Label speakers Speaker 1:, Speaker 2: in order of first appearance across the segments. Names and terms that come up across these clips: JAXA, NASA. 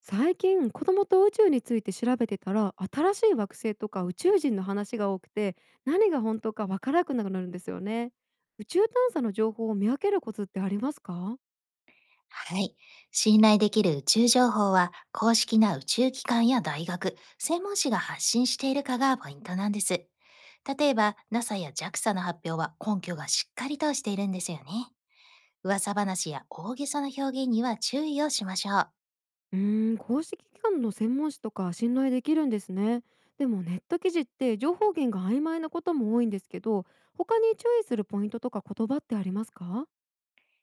Speaker 1: 最近、子供と宇宙について調べてたら、新しい惑星とか宇宙人の話が多くて、何が本当かわからなくなるんですよね。宇宙探査の情報を見分けるコツってありますか？
Speaker 2: はい。信頼できる宇宙情報は、公式な宇宙機関や大学、専門誌が発信しているかがポイントなんです。例えば、NASA や JAXA の発表は根拠がしっかりとしているんですよね。噂話や大げさな表現には注意をしましょう。
Speaker 1: うーん、公式機関の専門誌とか信頼できるんですね。でもネット記事って情報源が曖昧なことも多いんですけど、他に注意するポイントとか言葉ってありますか？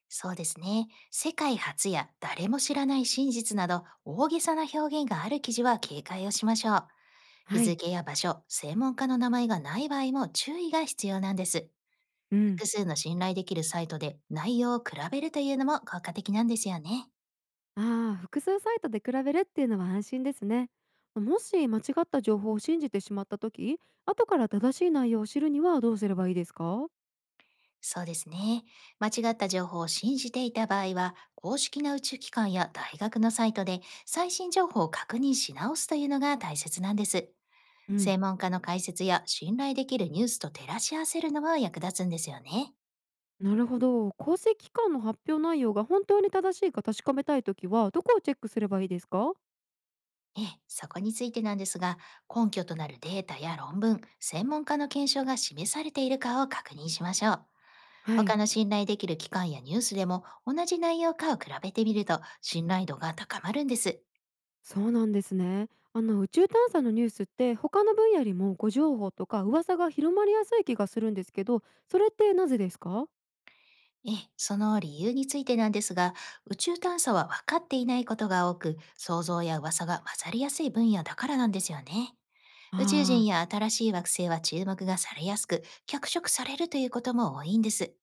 Speaker 2: そうですね。世界初や誰も知らない真実など、大げさな表現がある記事は警戒をしましょう。日
Speaker 1: はい。
Speaker 2: 付や場所、専門家の名前がない場合も注意が必要なんです。
Speaker 1: うん。
Speaker 2: 複数の信頼できるサイトで内容を比べるというのも効果的なんですよね。
Speaker 1: ああ、複数サイトで比べるっていうのは安心ですね。もし間違った情報を信じてしまった時、後から正しい内容を知るにはどうすればいいですか？
Speaker 2: そうですね。間違った情報を信じていた場合は、公式な宇宙機関や大学のサイトで最新情報を確認し直すというのが大切なんです。
Speaker 1: うん、
Speaker 2: 専門家の解説や信頼できるニュースと照らし合わせるのも役立つんですよね。
Speaker 1: なるほど。公正機関の発表内容が本当に正しいか確かめたいときは、どこをチェックすればいいですか？
Speaker 2: ええ、そこについてなんですが、根拠となるデータや論文、専門家の検証が示されているかを確認しましょう。
Speaker 1: は
Speaker 2: 他
Speaker 1: い。
Speaker 2: の信頼できる機関やニュースでも同じ内容かを比べてみると、信頼度が高まるんです。
Speaker 1: そうなんですね。宇宙探査のニュースって他の分野よりも誤情報とか噂が広まりやすい気がするんですけど、それってなぜですか？
Speaker 2: ええ、その理由についてなんですが、宇宙探査は分かっていないことが多く、想像や噂が混ざりやすい分野だからなんですよね。宇宙人
Speaker 1: ああ
Speaker 2: や
Speaker 1: ー、
Speaker 2: 新しい惑星は注目がされやすく、脚色されるということも多いんです。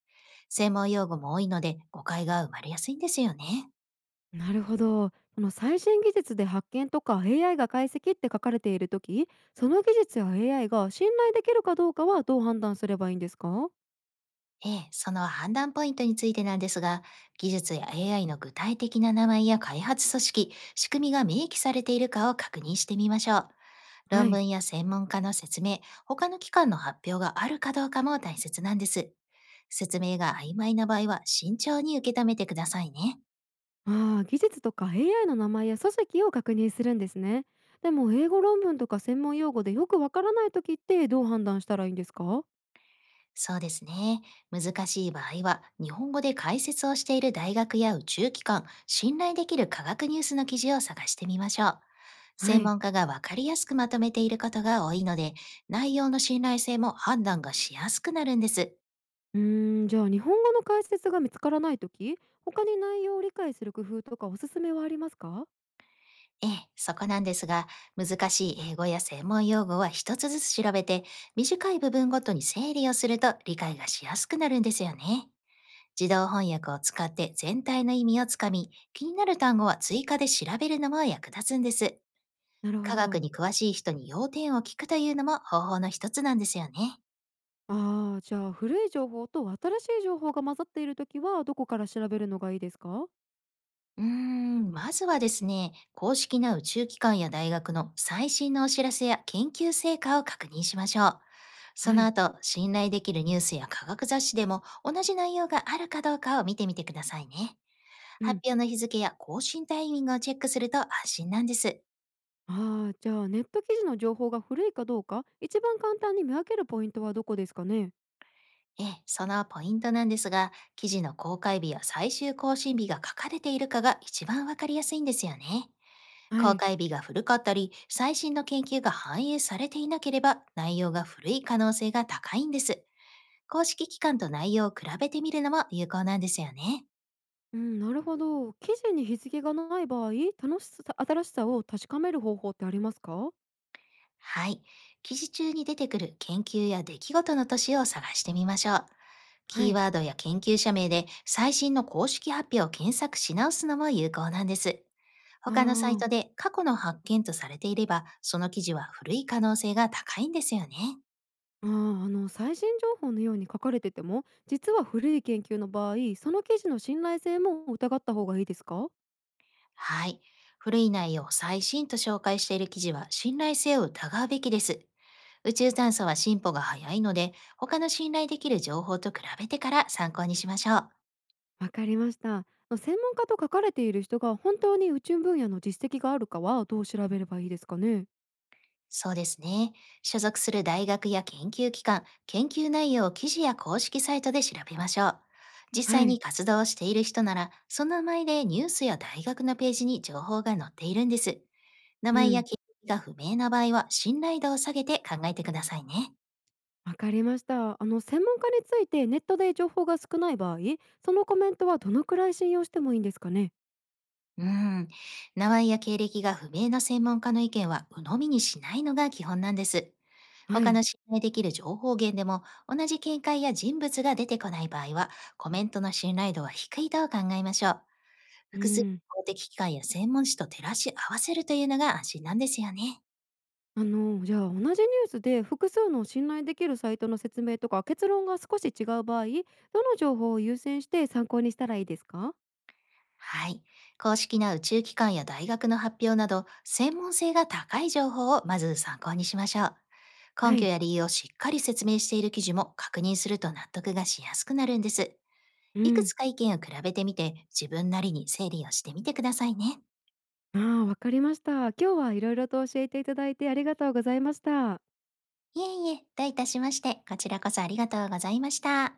Speaker 2: 専門用語も多いので、誤解が生まれやすいんですよね。
Speaker 1: なるほど。その最新技術で発見とか AI が解析って書かれているとき、その技術や AI が信頼できるかどうかはどう判断すればいいんですか？
Speaker 2: ええ、その判断ポイントについてなんですが、技術や AI の具体的な名前や開発組織、仕組みが明記されているかを確認してみましょう。
Speaker 1: は
Speaker 2: 論
Speaker 1: い。
Speaker 2: 文や専門家の説明、他の機関の発表があるかどうかも大切なんです。説明が曖昧な場合は、慎重に受け止めてくださいね。
Speaker 1: ああ、技術とか AI の名前や書籍を確認するんですね。でも、英語論文とか専門用語でよくわからないときってどう判断したらいいんですか？
Speaker 2: そうですね。難しい場合は、日本語で解説をしている大学や宇宙機関、信頼できる科学ニュースの記事を探してみましょう。
Speaker 1: は
Speaker 2: 専
Speaker 1: い。
Speaker 2: 門家がわかりやすくまとめていることが多いので、内容の信頼性も判断がしやすくなるんです。
Speaker 1: うーん、じゃあ日本語の解説が見つからないとき、他に内容を理解する工夫とかおすすめはありますか？
Speaker 2: ええ、そこなんですが、難しい英語や専門用語は一つずつ調べて、短い部分ごとに整理をすると、理解がしやすくなるんですよね。自動翻訳を使って全体の意味をつかみ、気になる単語は追加で調べるのも役立つんです。
Speaker 1: なるほ
Speaker 2: 科学
Speaker 1: ど。
Speaker 2: に詳しい人に要点を聞くというのも、方法の一つなんですよね。
Speaker 1: ああ、じゃあ古い情報と新しい情報が混ざっているときは、どこから調べるのがいいですか？
Speaker 2: うーん、まずはですね、公式な宇宙機関や大学の最新のお知らせや研究成果を確認しましょう。そ
Speaker 1: は
Speaker 2: の
Speaker 1: い。
Speaker 2: 後、信頼できるニュースや科学雑誌でも同じ内容があるかどうかを見てみてくださいね。
Speaker 1: う
Speaker 2: 発
Speaker 1: ん。
Speaker 2: 表の日付や更新タイミングをチェックすると安心なんです。
Speaker 1: ああ、じゃあネット記事の情報が古いかどうか、一番簡単に見分けるポイントはどこですかね？
Speaker 2: ええ、そのポイントなんですが、記事の公開日や最終更新日が書かれているかが、一番わかりやすいんですよね。
Speaker 1: は
Speaker 2: 公
Speaker 1: い。
Speaker 2: 開日が古かったり、最新の研究が反映されていなければ、内容が古い可能性が高いんです。公式機関と内容を比べてみるのも有効なんですよね。
Speaker 1: うん、なるほど。記事に日付がない場合、楽しさ、新しさを確かめる方法ってありますか？
Speaker 2: はい。記事中に出てくる研究や出来事の年を探してみましょう。
Speaker 1: は
Speaker 2: キー
Speaker 1: い。
Speaker 2: ワードや研究者名で最新の公式発表を検索し直すのも有効なんです。
Speaker 1: あ
Speaker 2: 他のサイ
Speaker 1: あ、
Speaker 2: トで過去の発見とされていれば、その記事は古い可能性が高いんですよね。
Speaker 1: ああ、最新情報のように書かれてても、実は古い研究の場合、その記事の信頼性も疑った方がいいですか？
Speaker 2: はい。古い内容を最新と紹介している記事は、信頼性を疑うべきです。宇宙探査は進歩が早いので、他の信頼できる情報と比べてから参考にしましょう。
Speaker 1: わかりました。専門家と書かれている人が本当に宇宙分野の実績があるかは、どう調べればいいですかね？
Speaker 2: そうですね。所属する大学や研究機関、研究内容を記事や公式サイトで調べましょう。実
Speaker 1: は
Speaker 2: 際に
Speaker 1: い。
Speaker 2: 活動をしている人なら、その名前でニュースや大学のページに情報が載っているんです。名
Speaker 1: う
Speaker 2: 前や
Speaker 1: ん。
Speaker 2: 経緯が不明な場合は、信頼度を下げて考えてくださいね。
Speaker 1: わかりました。専門家についてネットで情報が少ない場合、そのコメントはどのくらい信用してもいいんですかね？
Speaker 2: うん。名前や経歴が不明な専門家の意見は、鵜呑みにしないのが基本なんです。
Speaker 1: は
Speaker 2: 他
Speaker 1: い。
Speaker 2: の信頼できる情報源でも同じ見解や人物が出てこない場合は、コメントの信頼度は低いと考えましょう。
Speaker 1: う
Speaker 2: 複数の
Speaker 1: ん。
Speaker 2: 公的機関や専門誌と照らし合わせるというのが安心なんですよね。
Speaker 1: じゃあ、同じニュースで複数の信頼できるサイトの説明とか結論が少し違う場合、どの情報を優先して参考にしたらいいですか？
Speaker 2: はい。公式な宇宙機関や大学の発表など、専門性が高い情報をまず参考にしましょう。根
Speaker 1: は
Speaker 2: 拠
Speaker 1: い。
Speaker 2: や理由をしっかり説明している記事も確認すると、納得がしやすくなるんです。
Speaker 1: う
Speaker 2: いく
Speaker 1: ん。
Speaker 2: つか意見を比べてみて、自分なりに整理をしてみてくださいね。
Speaker 1: ああ、わかりました。今日は色々と教えていただいてありがとうございました。
Speaker 2: いえいえ、どういたしまして、こちらこそありがとうございました。